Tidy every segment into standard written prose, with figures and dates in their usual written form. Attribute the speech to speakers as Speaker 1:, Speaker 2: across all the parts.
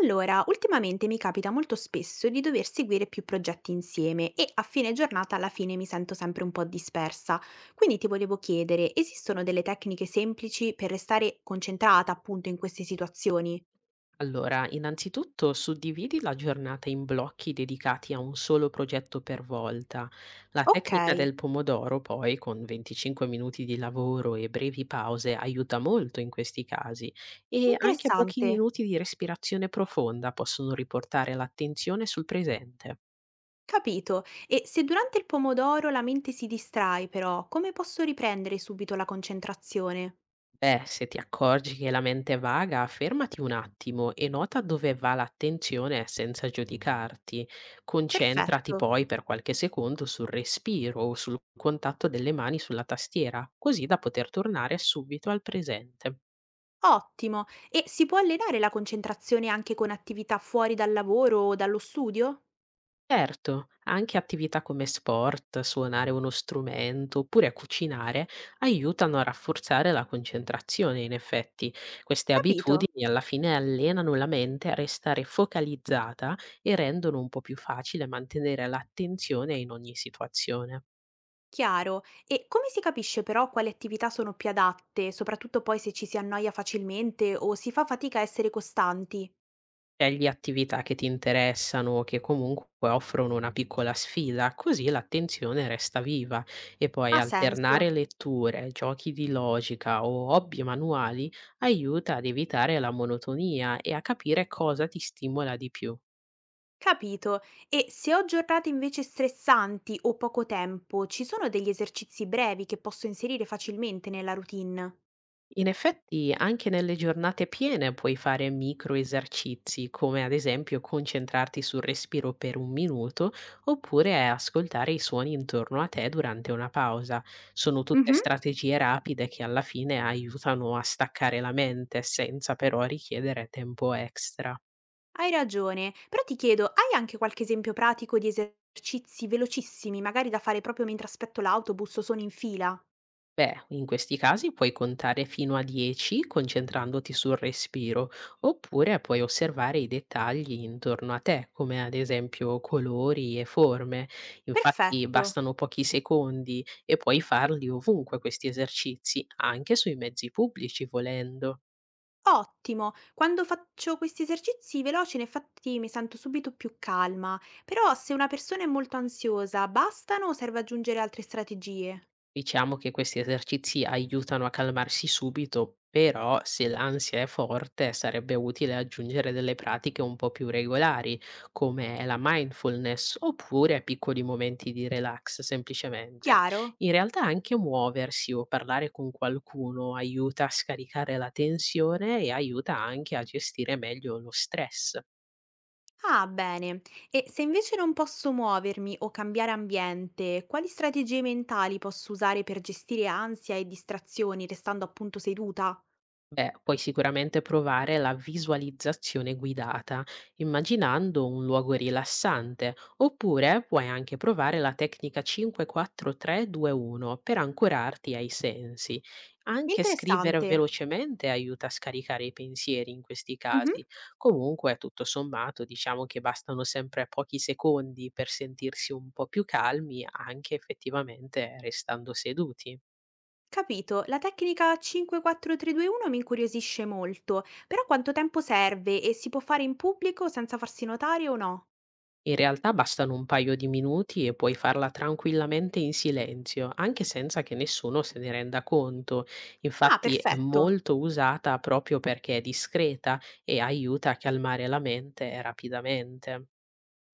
Speaker 1: Allora, ultimamente mi capita molto spesso di dover seguire più progetti insieme e a fine giornata alla fine mi sento sempre un po' dispersa. Quindi ti volevo chiedere, esistono delle tecniche semplici per restare concentrata appunto in queste situazioni?
Speaker 2: Allora, innanzitutto suddividi la giornata in blocchi dedicati a un solo progetto per volta. La
Speaker 1: Ok,
Speaker 2: tecnica del pomodoro, poi, con 25 minuti di lavoro e brevi pause, aiuta molto in questi casi. E anche pochi
Speaker 1: interessante,
Speaker 2: minuti di respirazione profonda possono riportare l'attenzione sul presente.
Speaker 1: capito. E se durante il pomodoro la mente si distrae però, come posso riprendere subito la concentrazione?
Speaker 2: Beh, se ti accorgi che la mente è vaga, fermati un attimo e nota dove va l'attenzione senza giudicarti. Concentrati
Speaker 1: Perfetto.
Speaker 2: poi per qualche secondo sul respiro o sul contatto delle mani sulla tastiera, così da poter tornare subito al presente.
Speaker 1: Ottimo. E si può allenare la concentrazione anche con attività fuori dal lavoro o dallo studio?
Speaker 2: Certo, anche attività come sport, suonare uno strumento oppure a cucinare aiutano a rafforzare la concentrazione, in effetti. Queste
Speaker 1: Capito,
Speaker 2: abitudini alla fine allenano la mente a restare focalizzata e rendono un po' più facile mantenere l'attenzione in ogni situazione.
Speaker 1: chiaro. E come si capisce però quali attività sono più adatte, soprattutto poi se ci si annoia facilmente o si fa fatica a essere costanti?
Speaker 2: Scegli attività che ti interessano o che comunque offrono una piccola sfida, così l'attenzione resta viva e poi
Speaker 1: Ha
Speaker 2: alternare
Speaker 1: senso.
Speaker 2: letture, giochi di logica o hobby manuali aiuta ad evitare la monotonia e a capire cosa ti stimola di più.
Speaker 1: Capito. E se ho giornate invece stressanti o poco tempo, ci sono degli esercizi brevi che posso inserire facilmente nella routine?
Speaker 2: In effetti, anche nelle giornate piene puoi fare micro esercizi, come ad esempio concentrarti sul respiro per un minuto, oppure ascoltare i suoni intorno a te durante una pausa. Sono tutte
Speaker 1: Mhm.
Speaker 2: strategie rapide che alla fine aiutano a staccare la mente senza però richiedere tempo extra.
Speaker 1: Hai ragione, però ti chiedo, hai anche qualche esempio pratico di esercizi velocissimi, magari da fare proprio mentre aspetto l'autobus o sono in fila?
Speaker 2: Beh, in questi casi puoi contare fino a 10 concentrandoti sul respiro, oppure puoi osservare i dettagli intorno a te, come ad esempio colori e forme. Infatti
Speaker 1: Perfetto.
Speaker 2: bastano pochi secondi e puoi farli ovunque questi esercizi, anche sui mezzi pubblici volendo.
Speaker 1: Ottimo, quando faccio questi esercizi veloci, infatti mi sento subito più calma, però se una persona è molto ansiosa, bastano o serve aggiungere altre strategie?
Speaker 2: Diciamo che questi esercizi aiutano a calmarsi subito, però se l'ansia è forte sarebbe utile aggiungere delle pratiche un po' più regolari, come la mindfulness oppure piccoli momenti di relax semplicemente.
Speaker 1: Chiaro?
Speaker 2: In realtà anche muoversi o parlare con qualcuno aiuta a scaricare la tensione e aiuta anche a gestire meglio lo stress.
Speaker 1: Ah, bene. E se invece non posso muovermi o cambiare ambiente, quali strategie mentali posso usare per gestire ansia e distrazioni restando appunto seduta?
Speaker 2: Beh, puoi sicuramente provare la visualizzazione guidata, immaginando un luogo rilassante, oppure puoi anche provare la tecnica 5-4-3-2-1 per ancorarti ai sensi. Anche scrivere
Speaker 1: Interessante.
Speaker 2: velocemente aiuta a scaricare i pensieri in questi
Speaker 1: Mhm.
Speaker 2: casi. Comunque, tutto sommato, diciamo che bastano sempre pochi secondi per sentirsi un po' più calmi, anche effettivamente restando seduti.
Speaker 1: Capito, la tecnica 5-4-3-2-1 mi incuriosisce molto, però quanto tempo serve e si può fare in pubblico senza farsi notare o no?
Speaker 2: In realtà bastano un paio di minuti e puoi farla tranquillamente in silenzio, anche senza che nessuno se ne renda conto.
Speaker 1: Ah,
Speaker 2: Infatti è
Speaker 1: perfetto,
Speaker 2: molto usata proprio perché è discreta e aiuta a calmare la mente rapidamente.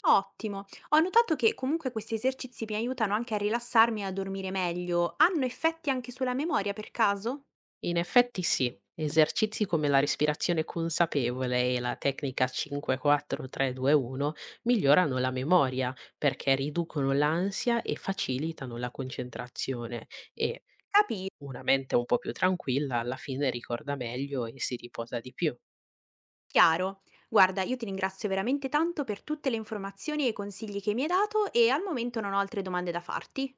Speaker 1: ottimo. Ho notato che comunque questi esercizi mi aiutano anche a rilassarmi e a dormire meglio. Hanno effetti anche sulla memoria per caso?
Speaker 2: In effetti sì, esercizi come la respirazione consapevole e la tecnica 5-4-3-2-1 migliorano la memoria perché riducono l'ansia e facilitano la concentrazione e
Speaker 1: Capito,
Speaker 2: una mente un po' più tranquilla alla fine ricorda meglio e si riposa di più.
Speaker 1: chiaro. Guarda, io ti ringrazio veramente tanto per tutte le informazioni e i consigli che mi hai dato e al momento non ho altre domande da farti.